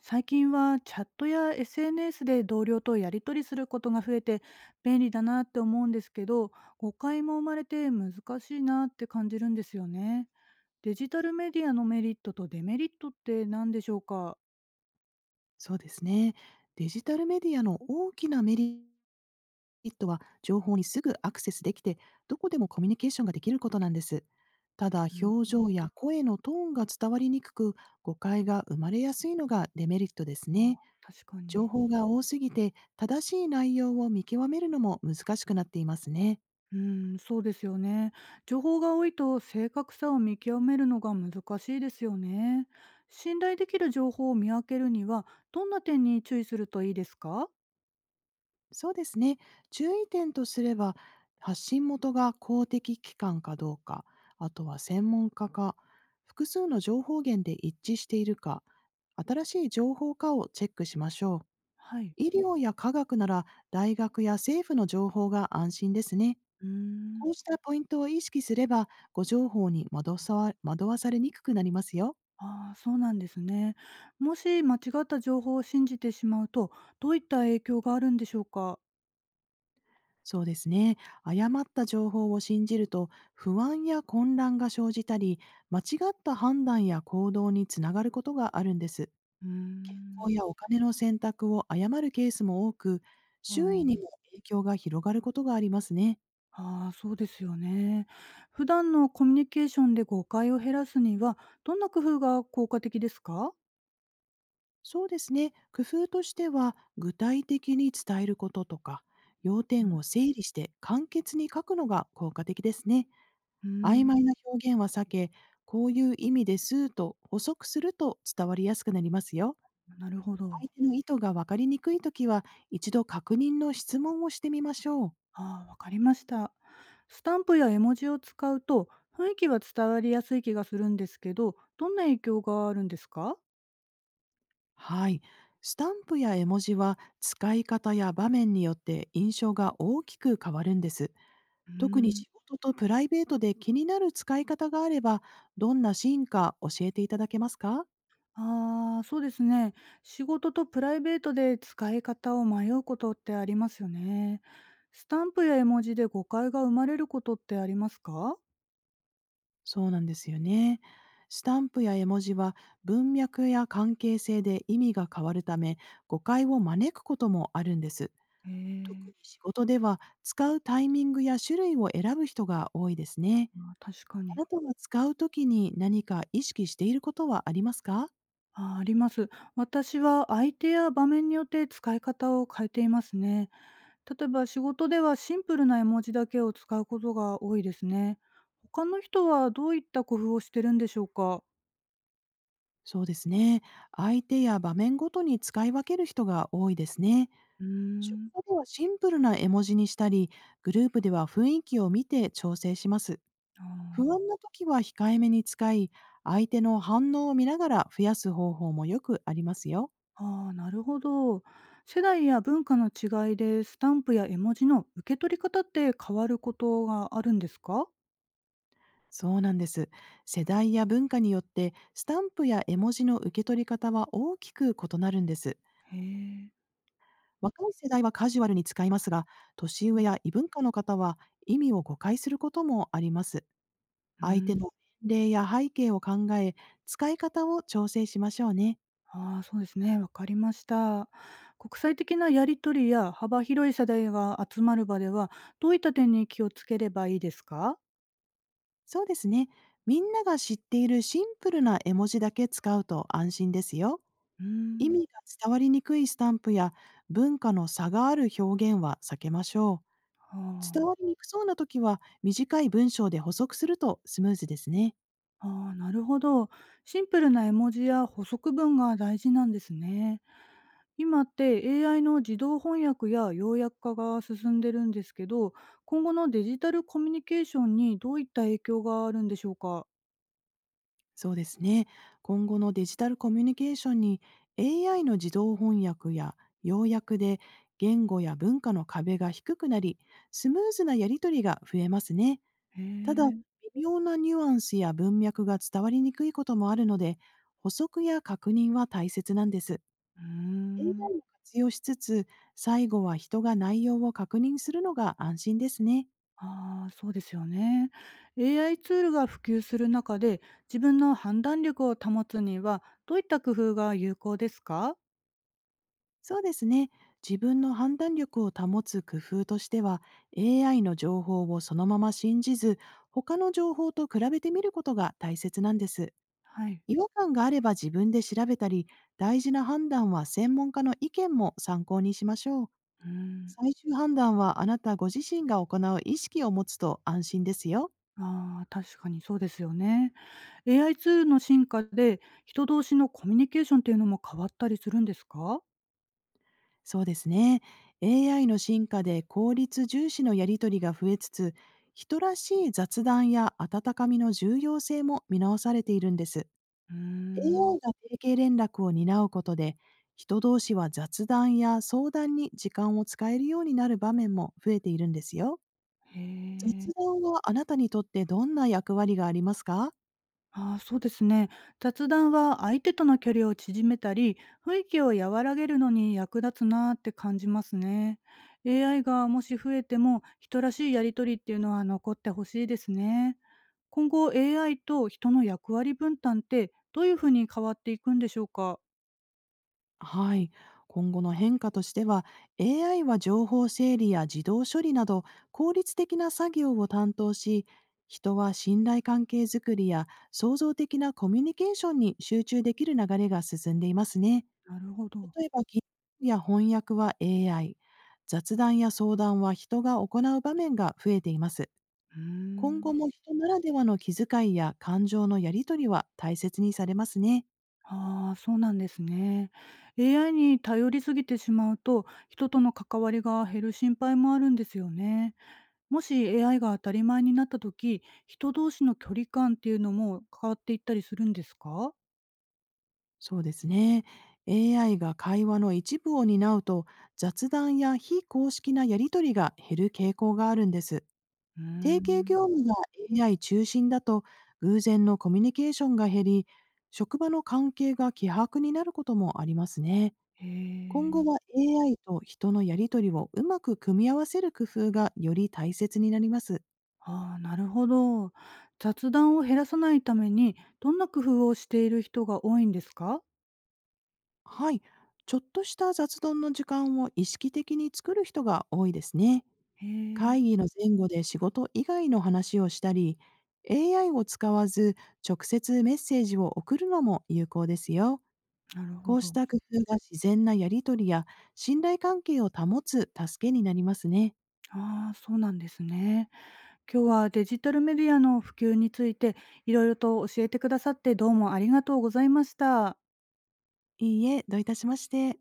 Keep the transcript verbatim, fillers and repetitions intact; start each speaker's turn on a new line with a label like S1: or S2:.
S1: 最近はチャットや エスエヌエス で同僚とやり取りすることが増えて便利だなって思うんですけど、誤解も生まれて難しいなって感じるんですよね。デジタルメディアのメリットとデメリットって何でしょうか？
S2: そうですね。デジタルメディアの大きなメリットは、情報にすぐアクセスできて、どこでもコミュニケーションができることなんです。ただ、
S1: う
S2: 表
S1: ん。
S2: 情や声のトーンが伝わりにくく、誤解が生まれやすいのがデメリットですね。
S1: あ、確か
S2: 情
S1: に。
S2: 報が多すぎて、正しい内容を見極めるのも難しくなっていますね。
S1: うん、そうですよね。情報が多いと正確さを見極めるのが難しいですよね。信頼できる情報を見分けるにはどんな点に注意するといいですか？
S2: そうですね。注意点とすれば、発信元が公的機関かどうか、あとは専門家か、複数の情報源で一致しているか、新しい情報かをチェックしましょう。
S1: はい。
S2: 医療や科学なら大学や政府の情報が安心ですね。
S1: うーん。
S2: こうしたポイントを意識すれば、ご情報に惑わさ惑わされにくくなりますよ。
S1: ああ、そうなんですね。もし間違った情報を信じてしまうと、どういった影響があるんでしょうか？
S2: そうですね。誤った情報を信じると不安や混乱が生じたり、間違った判断や行動につながることがあるんです。
S1: うー
S2: こ
S1: ん。
S2: うやお金の選択を誤るケースも多く、周囲にも影響が広がることがありますね。
S1: あーあー、そうですよね。普段のコミュニケーションで誤解を減らすには、どんな工夫が効果的ですか？
S2: そうですね。工夫としては、具体的に伝えることとか、要
S1: う
S2: 点
S1: ん。
S2: を整理して簡潔に書くのが効果的ですね。
S1: う
S2: 曖
S1: ーん。
S2: 昧な表現は避け、こういう意味ですと補足すると伝わりやすくなりますよ。
S1: なるほ
S2: 相
S1: ど。
S2: 手の意図が分かりにくいときは、一度確認の質問をしてみましょう。
S1: ああ、わかりました。スタンプや絵文字を使うと、雰囲気は伝わりやすい気がするんですけど、どんな影響があるんですか？
S2: はい。スタンプや絵文字は使い方や場面によって印象が大きく変わるんです。
S1: う
S2: 特
S1: ー
S2: に
S1: ん。
S2: 仕事とプライベートで気になる使い方があれば、どんなシーンか教えていただけますか？
S1: ああ、そうですね。仕事とプライベートで使い方を迷うことってありますよね。スタンプや絵文字で誤解が生まれることってありますか？
S2: そうなんですよね。スタンプや絵文字は文脈や関係性で意味が変わるため、誤解を招くこともあるんです。
S1: え
S2: 特
S1: え、
S2: に仕事では、使うタイミングや種類を選ぶ人が多いですね。
S1: まあ、確か
S2: あ
S1: に。
S2: なたは使うときに何か意識していることはありますか？
S1: あー、あります。私は相手や場面によって使い方を変えていますね。例えば仕事ではシンプルな絵文字だけを使うことが多いですね。他の人はどういった工夫をしてるんでしょうか？
S2: そうですね。相手や場面ごとに使い分ける人が多いですね。
S1: うー
S2: 職
S1: ん。
S2: 場ではシンプルな絵文字にしたり、グループでは雰囲気を見て調整します。
S1: あ
S2: 不安
S1: ー。
S2: な時は控えめに使い、相手の反応を見ながら増やす方法もよくありますよ。
S1: ああ、なるほど。世代や文化の違いでスタンプや絵文字の受け取り方って変わることがあるんですか？
S2: そうなんです。世代や文化によってスタンプや絵文字の受け取り方は大きく異なるんです。
S1: へえ。
S2: 若い世代はカジュアルに使いますが、年
S1: う
S2: 上
S1: ん。
S2: や異文化の方は意味を誤解することもあります。相手の年齢や背景を考え、使い方を調整しましょうね。
S1: ああ、そうですね。わかりました。国際的なやりとりや幅広い世代が集まる場では、どういった点に気をつければいいですか？
S2: そうですね。みんなが知っているシンプルな絵文字だけ使うと安心ですよ。
S1: うー
S2: 意
S1: ん。
S2: 味が伝わりにくいスタンプや文化の差がある表現は避けましょう。伝
S1: あ
S2: わ
S1: あ、
S2: りにくそうな時は、短い文章で補足するとスムーズですね。
S1: ああ、なるほど。シンプルな絵文字や補足文が大事なんですね。今って エーアイ の自動翻訳や要約化が進んでるんですけど、今後のデジタルコミュニケーションにどういった影響があるんでしょうか？
S2: そうですね。今後のデジタルコミュニケーションに、 エーアイ の自動翻訳や要約で言語や文化の壁が低くなり、スムーズなやり取りが増えますね。
S1: へ
S2: ただ、
S1: え。
S2: 微妙なニュアンスや文脈が伝わりにくいこともあるので、補足や確認は大切なんです。
S1: うーん。
S2: エーアイ を活用しつつ、最後は人が内容を確認するのが安心ですね。
S1: ああ、そうですよね。エーアイ ツールが普及する中で、自分の判断力を保つにはどういった工夫が有効ですか？
S2: そうですね。自分の判断力を保つ工夫としては、エーアイ の情報をそのまま信じず、他の情報と比べてみることが大切なんです。
S1: はい。
S2: 違和感があれば自分で調べたり、大事な判断は専門家の意見も参考にしましょう。
S1: うーん。
S2: 最終判断はあなたご自身が行う意識を持つと安心ですよ。
S1: ああ、確かにそうですよね。エーアイ ツールの進化で、人同士のコミュニケーションっていうのも変わったりするんですか？
S2: そうですね。エーアイ の進化で効率重視のやり取りが増えつつ、人らしい雑談や温かみの重要性も見直されているんです。
S1: うーん。
S2: エーアイ が提携連絡を担うことで、人同士は雑談や相談に時間を使えるようになる場面も増えているんですよ。
S1: へ
S2: 雑
S1: え。
S2: 談はあなたにとってどんな役割がありますか？
S1: ああ、そうですね。雑談は相手との距離を縮めたり、雰囲気を和らげるのに役立つなって感じますね。エーアイ がもし増えても、人らしいやりとりっていうのは残ってほしいですね。今後 エーアイ と人の役割分担ってどういうふうに変わっていくんでしょうか？
S2: はい。今後の変化としては、エーアイ は情報整理や自動処理など効率的な作業を担当し、人は信頼関係づくりや創造的なコミュニケーションに集中できる流れが進んでいますね。
S1: なるほど。
S2: 例えば、記録や翻訳は エーアイ、雑談や相談は人が行う場面が増えています。
S1: うー
S2: 今後
S1: ん。
S2: も人ならではの気遣いや感情のやり取りは大切にされますね。
S1: ああ、そうなんですね。エーアイ に頼りすぎてしまうと、人との関わりが減る心配もあるんですよね。もし エーアイ が当たり前になった時、人同士の距離感っていうのも変わっていったりするんですか？
S2: そうですね。エーアイ が会話の一部を担うと、雑談や非公式なやり取りが減る傾向があるんです。
S1: うー
S2: 提携
S1: ん。
S2: 業務が エーアイ 中心だと、偶然のコミュニケーションが減り、職場の関係が希薄になることもありますね。
S1: へ
S2: 今後
S1: え。
S2: は エーアイ と人のやり取りをうまく組み合わせる工夫がより大切になります。
S1: ああ、なるほど。雑談を減らさないために、どんな工夫をしている人が多いんですか？
S2: はい。ちょっとした雑談の時間を意識的に作る人が多いですね。
S1: へえ。
S2: 会議の前後で仕事以外の話をしたり、エーアイ を使わず直接メッセージを送るのも有効ですよ。
S1: なるほ
S2: こうし
S1: ど。
S2: た工夫が自然なやり取りや信頼関係を保つ助けになりますね。
S1: ああ、そうなんですね。今日はデジタルメディアの普及について、いろいろと教えてくださってどうもありがとうございました。
S2: いいえ、どういたしまして。